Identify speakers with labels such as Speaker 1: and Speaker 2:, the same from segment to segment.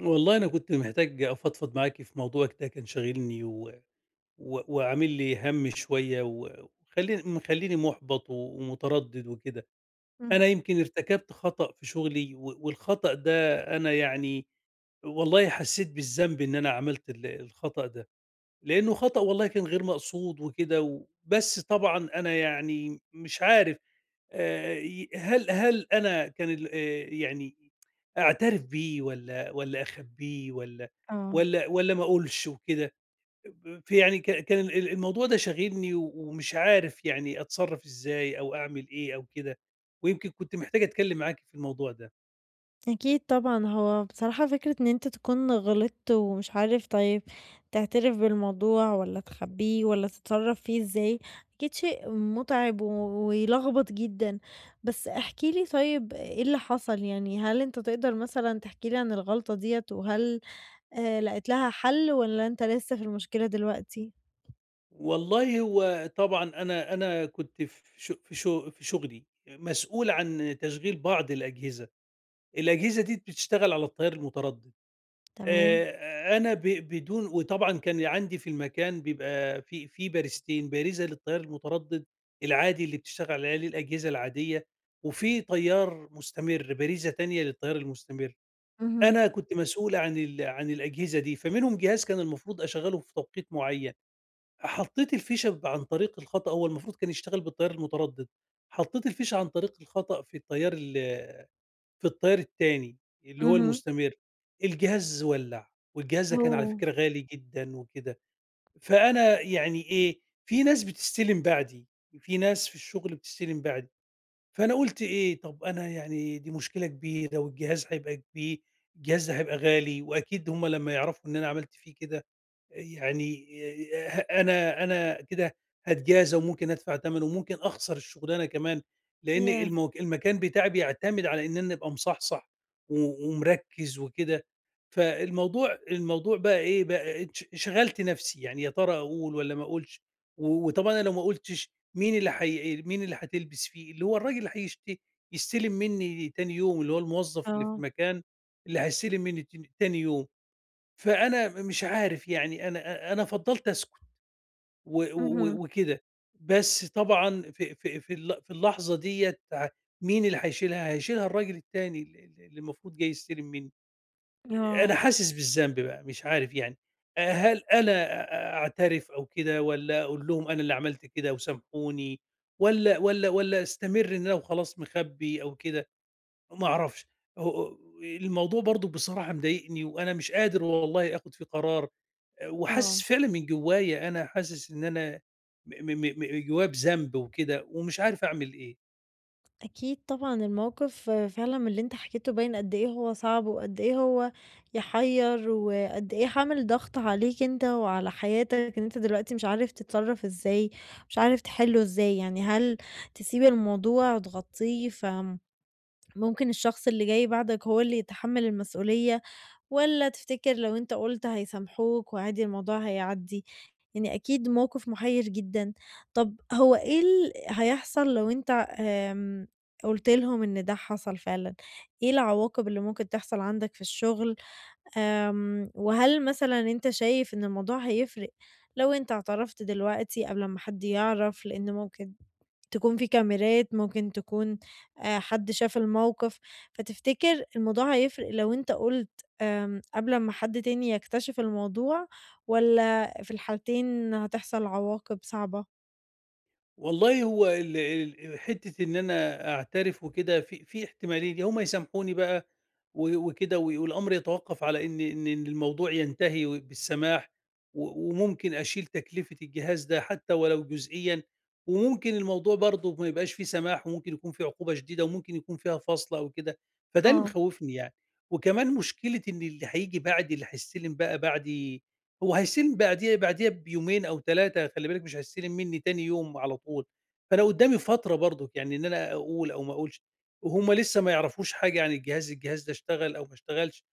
Speaker 1: والله أنا كنت محتاج أفضفض معاكِ في موضوع كده كان شاغلني و و وعامل لي هَم شوية، و وخلّيني مخلّيني مُحبَط ومتردِّد وكده.
Speaker 2: إمم،
Speaker 1: أنا يمكن ارتكبت خطأ في شُغلي، والخطأ ده أنا يعني والله حسّيت بالذنب إن أنا عملت الخطأ ده، لإنه خطأ والله كان غير مقصود وكده. بس طبعًا أنا يعني مش عارف ي هل أنا كان ال يعني أعترف بيه، والّا أخبّيه، والّا
Speaker 2: آه،
Speaker 1: والّا والّا ما أقولش وكده؟ ب فيعني ك كان الموضوع ده شاغلني، ومش عارف يعني أتصرّف إزاي أو أعمل إيه أو كده. ويمكن كنت محتاج أتكلّم معاكِ في الموضوع ده.
Speaker 2: أكيد طبعًا، هو بصراحة فكرة إن أنت تكون غلطت ومش عارف طيب تعترف بالموضوع والّا تخبّيه والّا تتصرّف فيه إزاي، أكيد شيء مُتعِب و ويلخبط جدًا، بس احكِ لي طيب إيه اللي حصل، يعني هل أنت تقدر مثلًا تحكي لي عن الغلطة ديّة وهل لقيت لها حَل والّا أنت لسه في المشكلة دلوقتي؟
Speaker 1: والله هو طبعًا أنا كنت في شغلي مسؤول عن تشغيل بعض الأجهزة. الأجهزة دي بتشتغل على التيار المتردد.
Speaker 2: تمام،
Speaker 1: أنا ب بدون وطبعًا كان عندي في المكان بيبقى في باريستين، بارزة للتيار المتردد العادي اللي بتشتغل عليه الأجهزة العادية، وفي طيار مستمر، بارزة تانية للتيار المستمر.
Speaker 2: اهم،
Speaker 1: أنا كنت مسؤول عن الأجهزة دي. فمنهم جهاز كان المفروض أشغّله في توقيت معيّن، حطيت الفيشة عن طريق الخطأ. هو المفروض كان يشتغل بالتيار المتردد، حطيت الفيشة عن طريق الخطأ في التيار ال في التيار التاني اللي هو
Speaker 2: اهم،
Speaker 1: المستمر. الجهاز ولّع، والجهاز ده كان على
Speaker 2: أوه!
Speaker 1: فكرة غالي جدًا وكده. فأنا يعني إيه، في ناس بتستلم بعدي، في ناس في الشغل بتستلم بعدي. فأنا قُلت إيه، طب أنا يعني دي مشكلة كبيرة، والجهاز هيبقى كبي الجهاز ده هيبقى غالي، وأكيد هم لمّا يعرفوا إن أنا عملت فيه كده يعني، أنا كده هاتجازى، وممكن أدفع تَمَنه، وممكن أخسر الشغلانة كمان. لإن
Speaker 2: ياه!
Speaker 1: المكان بتاعي بيعتمد على إن أنا أبقى مصحصح ومركّز وكده. فالموضوع بقى إيه، بقى شغلت نَفْسي، يعني يا ترى أقول والّا ما أقولش؟ وطبعًا أنا لو ما قُلتش، مين اللي هتلبس فيه؟ اللي هو الراجل اللي يستلم منّي تاني يوم، اللي هو الموظف اللي في
Speaker 2: آه،
Speaker 1: المكان اللي هيستلم منّي تاني يوم. فأنا مش عارف يعني، أنا أنا فضّلت أسكت و
Speaker 2: اهم،
Speaker 1: و وكده. بس طبعًا في في في ال في اللحظة ديّة، مين اللي هيشيلها؟ هيشيلها الراجل التاني ال ال اللي المفروض جاي يستلم منّي.
Speaker 2: آه،
Speaker 1: أنا حاسس بالذنب بقى، مش عارف يعني. هل أنا أعترف أو كده، والّا أقول لهم أنا اللي عملت كده وسامحوني، والّا أستمر إن أنا وخلاص مخبّي أو كده؟ ما أعرفش. هو الموضوع برضه بصراحة مضايقني، وأنا مش قادر والله آخُد فيه قرار. وحاسس
Speaker 2: آه.
Speaker 1: فعلًا من جوايا، أنا حاسس إن أنا م م م م جوايا بذنب وكده، ومش عارف أعمل إيه.
Speaker 2: أكيد طبعًا الموقف فعلًا من اللي أنت حكيته باين قد إيه هو صعب، وقد إيه هو يحيّر، وقد إيه عامل ضغط عليك أنت وعلى حياتك إن أنت دلوقتي مش عارف تتصرّف إزاي، مش عارف تحلّه إزاي، يعني هل تسيب الموضوع وتغطّيه فممكن الشخص اللي جاي بعدك هو اللي يتحمّل المسؤولية، والّا تفتكر لو أنت قُلت هيسامحوك وعادي الموضوع هيعدّي؟ يعني أكيد موقف محيّر جدًا. طب هو إيه هيحصل لو أنت آمم، قُلت لهم إن ده حصل فعلًا؟ إيه العواقب اللي ممكن تحصل عندك في الشغل؟ آمم، وهل مثلًا أنت شايف إن الموضوع هيفرق لو أنت اعترفت دلوقتي قبل أمّا حد يعرف؟ لإن ممكن تكون في كاميرات، ممكن تكون حد شاف الموقف، فتفتكر الموضوع هيفرق لو أنت قُلت قبل أمّا حد تاني يكتشف الموضوع والّا في الحالتين هتحصل عواقب صعبة؟
Speaker 1: والله هو ال ال حتّة إن أنا أعترف وكده في احتمالين. يا هُم يسامحوني بقى و وكده، والأمر يتوقّف على إن الموضوع ينتهي بالسماح، وممكن أشيل تكلفة الجهاز ده حتّى ولو جزئيًا. وممكن الموضوع برضه ما يبقاش فيه سماح، وممكن يكون فيه عقوبة شديدة، وممكن يكون فيها فَصْل أو كده. فده اللي
Speaker 2: آه،
Speaker 1: مخوّفني يعني. وكمان مشكلة إن اللي هييجي بعدي، اللي هيستلم بقى بعدي، هو هيستلم بعديها بيومين أو 3، خلّي بالك مش هيستلم منّي تاني يوم على طول. فأنا قدّامي فترة برضك، يعني إن أنا أقول أو ما أقولش. وهُم لسه ما يعرفوش حاجة عن الجهاز، الجهاز ده اشتغل أو ما اشتغلش.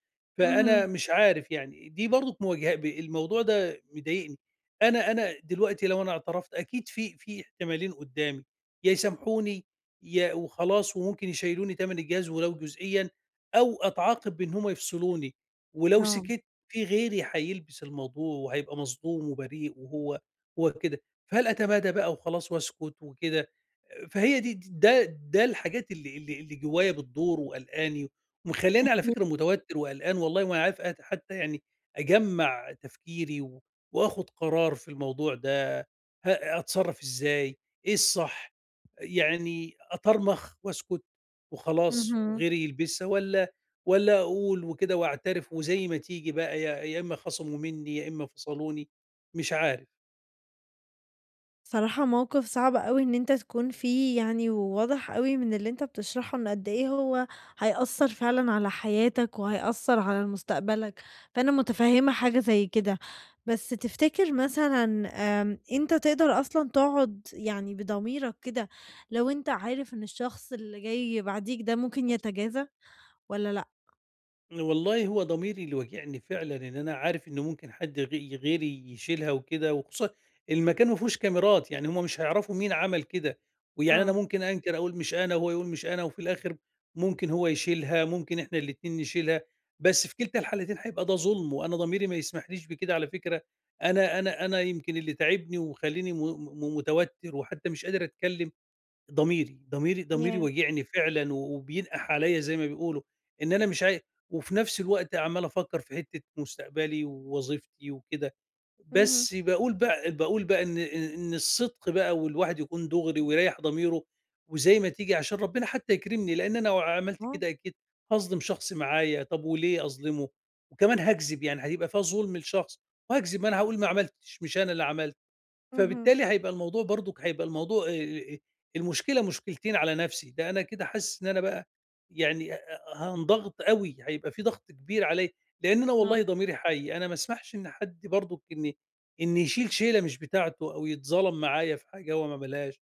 Speaker 2: اهم،
Speaker 1: فأنا مش عارف يعني، دي برضك مواجه، الموضوع ده مضايقني. أنا دلوقتي لو أنا اعترفت أكيد في احتمالين قدّامي. يا يسامحوني يا وخلاص، وممكن يشيلوني تَمَن الجهاز ولو جزئيًا، أو أتعاقب بإن هُم يفصلوني. ولو
Speaker 2: آه.
Speaker 1: سكت في غيري هيلبس الموضوع، وهيبقى مصدوم وبريء، وهو هو كده. فهل أتمادى بقى وخلاص واسكت وكده؟ فهي دي د ده ده الحاجات اللي جوايا بتدور وقلقاني، ومخلّياني على
Speaker 2: أكيد،
Speaker 1: فكرة متوتر وقلقان والله. وأنا عارف حتى يعني أجمّع تفكيري وآخُد قرار في الموضوع ده. أتصرّف إزاي، إيه الصح، يعني أطرمخ وأسكت وخلاص
Speaker 2: اهم.
Speaker 1: وغيري يلبسها، والّا أقول وكده واعترف وزي ما تيجي بقى، يا إمّا خَصموا منّي، يا إمّا فصلوني، مش عارف.
Speaker 2: صراحة موقف صعب أوي إن أنت تكون فيه يعني، وواضح أوي من اللي أنت بتشرحه إن قد إيه هو هيأثّر فعلًا على حياتك، وهيأثّر على مستقبلك، فأنا متفهّمة حاجة زي كده. بس تفتكر مثلًا أنت تقدر أصلًا تقعد يعني بضميرك كده لو أنت عارف إن الشخص اللي جاي بعديك ده ممكن يتجازى والّا لأ؟
Speaker 1: والله هو ضميري اللي واجعني فعلًا، إن أنا عارف إنه ممكن حد غيري يشيلها وكده. وخصوصًا المكان ما فيهوش كاميرات، يعني هم مش هيعرفوا مين عمل كده. ويعني أنا
Speaker 2: آه،
Speaker 1: ممكن أنكر أقول مش أنا، وهو يقول مش أنا، وفي الآخر ممكن هو يشيلها، ممكن إحنا الاتنين نشيلها. بس في كلتا الحالتين هيبقى ده ظلم، وأنا ضميري ما يسمحليش بكده على فكرة. أنا يمكن اللي تاعبني ومخلّيني م م متوتر، وحتى مش قادر أتكلم، ضميري. ضميري
Speaker 2: ياه!
Speaker 1: واجعني فعلًا، وبينقح عليَّ زي ما بيقولوا، إن أنا مش عاي. وفي نفس الوقت عمّال أفكّر في حتّة مستقبلي ووظيفتي وكده.
Speaker 2: اهم.
Speaker 1: بس باقول بقى، باقول بقى إن إن الصدق بقى، والواحد يكون دُغري ويريّح ضميره وزي ما تيجي عشان ربنا حتى يكرمني. لإن أنا لو عملت
Speaker 2: آه،
Speaker 1: كده أكيد هاظلم شخص معايا، طَب وليه أظلمه؟ وكمان هاكذب، يعني هيبقى فيها ظلم لشخص وهاكذب، ما أنا هاقول ما عملتش، مش أنا اللي عملت.
Speaker 2: اهم،
Speaker 1: فبالتالي هيبقى الموضوع برضُك، هيبقى الموضوع المشكلة مشكلتين على نَفْسي. ده أنا كده حاسس إن أنا بقى يعني، هانضغط أوي، هيبقى في ضغط كبير عليّا. لإن أنا
Speaker 2: آه.
Speaker 1: والله ضميري حي، أنا ما اسمحش إن حد برضُك إن يشيل شيلة مش بتاعته، أو يتظلم معايا في حاجة هو ما عملهاش.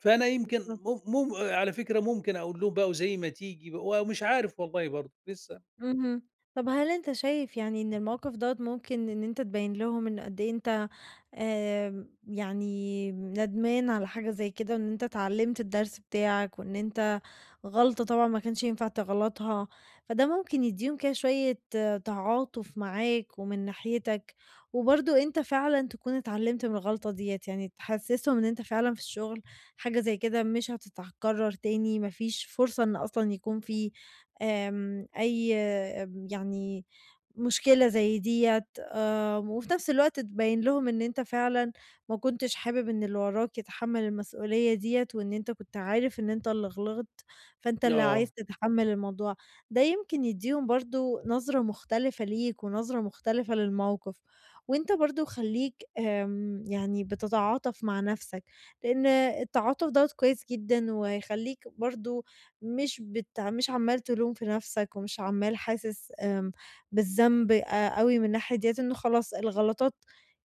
Speaker 1: فأنا يمكن على فكرة ممكن أقول لهم بقى وزي ما تيجي بقى، ومش عارف والله برضه لسه.
Speaker 2: اهم. طب هل أنت شايف يعني إن الموقف دوّة ممكن إن أنت تبيّن لهم إن قد إيه أنت يعني ندمان على حاجة زي كده وإن أنت اتعلّمت الدرس بتاعك وإن أنت غلطة طبعًا ما كانش ينفع تغلطها، فده ممكن يدّيهم كده شوية آه، تعاطف معاك ومن ناحيتك، وبرضه أنت فعلًا تكون اتعلّمت من الغلطة ديّة، يعني تحسّسهم إن أنت فعلًا في الشغل حاجة زي كده مش هتتكرر تاني، ما فيش فرصة إن أصلًا يكون في أي يعني مشكلة زي ديّة، وفي نفس الوقت تبيّن لهم إن أنت فعلًا ما كنتش حابب إن اللي وراك يتحمّل المسؤولية ديّة، وإن أنت كنت عارف إن أنت اللي غلطت، فأنت اللي
Speaker 1: آه،
Speaker 2: عايز تتحمّل الموضوع، ده يمكن يدّيهم برضه نظرة مختلفة ليك ونظرة مختلفة للموقف، وأنت برضه خلّيك يعني بتتعاطف مع نفسك، لإن التعاطف دوّة كويس جدًا وهيخلّيك برضه مش عمّال تلوم في نَفْسك ومش عمّال حاسس بالذنب أوي من الناحية ديّة، إنه خلاص الغلطات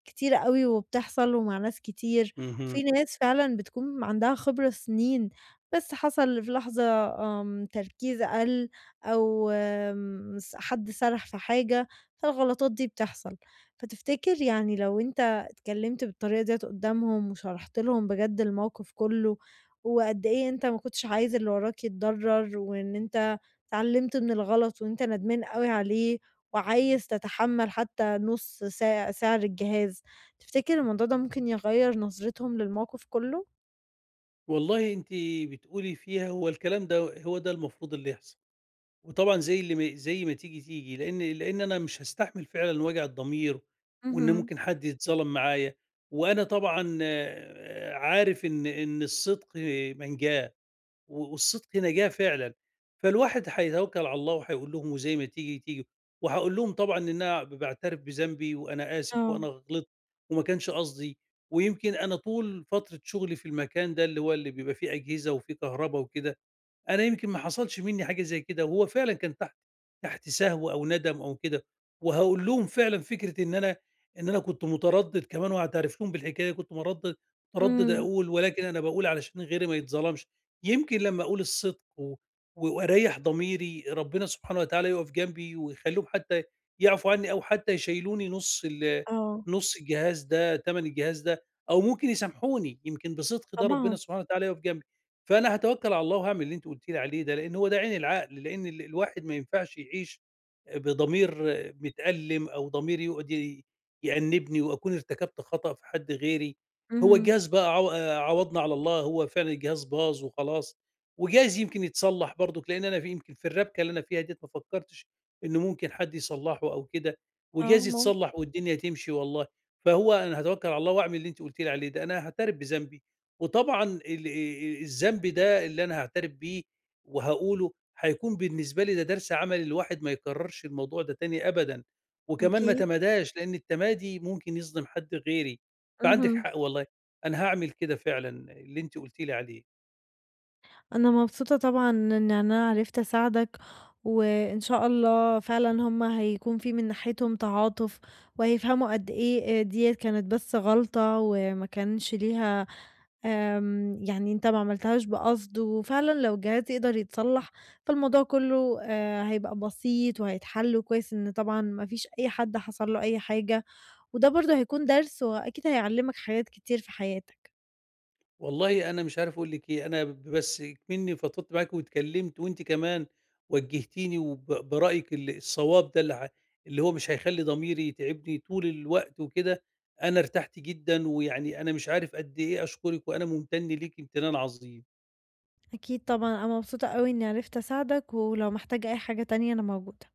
Speaker 2: كتيرة أوي وبتحصل ومع ناس كتير،
Speaker 1: اهم.
Speaker 2: وفي ناس فعلًا بتكون عندها خبرة سنين، بس حصل في لحظة تركيز أقل أو آمم س حد سَرح في حاجة، فالغلطات دي بتحصل. فتفتكر يعني لو أنت اتكلّمت بالطريقة ديّة قُدّامهم وشرحت لهم بجد الموقف كُلّه وقد إيه أنت ما كنتش عايز اللي وراك يتضرر، وإن أنت اتعلمت من الغلط وأنت ندمان أوي عليه، وعايز تتحمل حتى نُص سعر الجهاز، تفتكر الموضوع ده ممكن يغيّر نظرتهم للموقف كله؟
Speaker 1: والله أنتِ بتقولي فيها، هو الكلام ده هو ده المفروض اللي يحصل. وطبعًا زي اللي ما زي ما تيجي، تيجي. لإن أنا مش هاستحمل فعلًا وجع الضمير، وإن
Speaker 2: اهم،
Speaker 1: ممكن حد يتظلم معايا. وأنا طبعًا آه، عارف إن الصدق منجاة، والصدق نجاة فعلًا. فالواحد هيتوكل على الله وهيقول لهم وزي ما تيجي، تيجي. وهاقول لهم طبعًا إن أنا باعترف بذنبي، وأنا آسف
Speaker 2: آه،
Speaker 1: وأنا غلطت، وما كانش قصدي. ويمكن أنا طول فترة شغلي في المكان ده اللي هو اللي بيبقى فيه أجهزة وفيه كهربا وكده، أنا يمكن ما حصلش منّي حاجة زي كده. وهو فعلًا كان تحت سهو أو ندم أو كده. وهاقول لهم فعلًا فكرة إن أنا، إن أنا كنت متردد كمان. وهاعترف لهم بالحكاية، كنت متردد
Speaker 2: إمم،
Speaker 1: أقول. ولكن أنا باقول علشان غيري ما يتظلمش. يمكن لمّا أقول الصدق وأريّح ضميري، ربنا سبحانه وتعالى يُقف جنبي ويخلّيهم حتى يعفوا عني، أو حتى يشيلوني
Speaker 2: آه،
Speaker 1: نُص الجهاز ده، تَمَن الجهاز ده. أو ممكن يسامحوني، يمكن بصدق ده ربنا
Speaker 2: طبعًا،
Speaker 1: سبحانه وتعالى يُقف جنبي. فأنا هاتوكّل على الله، وهاعمل اللي أنتِ قُلتِ لي عليه ده، لإن هو ده عين العقل. لإن الواحد ما ينفعش يعيش بضمير متألم، أو ضمير يقعد يأنِّبني، وأكون ارتكبت خطأ في حد غيري. هو
Speaker 2: اهم.
Speaker 1: الجهاز بقى عو آه، عوضنا على الله، هو فعلًا الجهاز باظ وخلاص. وجايز يمكن يتصلّح برضُك، لإن أنا في يمكن في الربكة اللي أنا فيها ديّة ما فكّرتش إنه ممكن حد يصلّحه أو كده.
Speaker 2: آه،
Speaker 1: وجايز
Speaker 2: ممكن،
Speaker 1: يتصلّح والدنيا تمشي والله. فهو أنا هاتوكّل على الله وأعمل اللي أنتِ قُلتِ لي عليه ده. أنا هاعترف بذنبي، وطبعًا ال الذنب ده اللي أنا هاعترف بيه وهاقوله هيكون بالنسبة لي ده درس عملي، الواحد ما يكررش الموضوع ده تاني أبدًا. وكمان ما
Speaker 2: أكيد،
Speaker 1: تماداش لأن التمادي ممكن يصدم حد غيري. فعندِك
Speaker 2: اهم.
Speaker 1: حق والله، أنا هاعمل كده فعلًا اللي أنتِ قلتِ لي عليه.
Speaker 2: أنا مبسوطة طبعًا إن أنا عرفت أساعدك، وإن شاء الله فعلًا هُم هيكون في من ناحيتهم تعاطف، وهيفهموا قد إيه ديّة كانت بس غلطة وما كانش ليها يعني أنت ما عملتهاش بقصد، وفعلًا لو الجهاز يقدر يتصلّح فالموضوع كلّه هيبقى بسيط وهيتحل، وكويس إن طبعًا ما فيش أي حد حصل له أي حاجة، وده برضه هيكون درس وأكيد هيعلّمك حاجات كتير في حياتك.
Speaker 1: والله أنا مش عارف أقول لِك إيه. أنا بس إكمنّي فضفضت معاكِ واتكلمت، وأنتِ كمان وجّهتيني برأيِك الصواب ده اللي اللي هو مش هيخلّي ضميري يتعبني طول الوقت وكده. أنا ارتحت جدًا، ويعني أنا مش عارف قد إيه أشكرِك، وأنا ممتن ليكِ امتنان عظيم.
Speaker 2: أكيد طبعًا، أنا مبسوطة أوي إني عرفت أساعدك، ولو محتاج أي حاجة تانية أنا موجودة.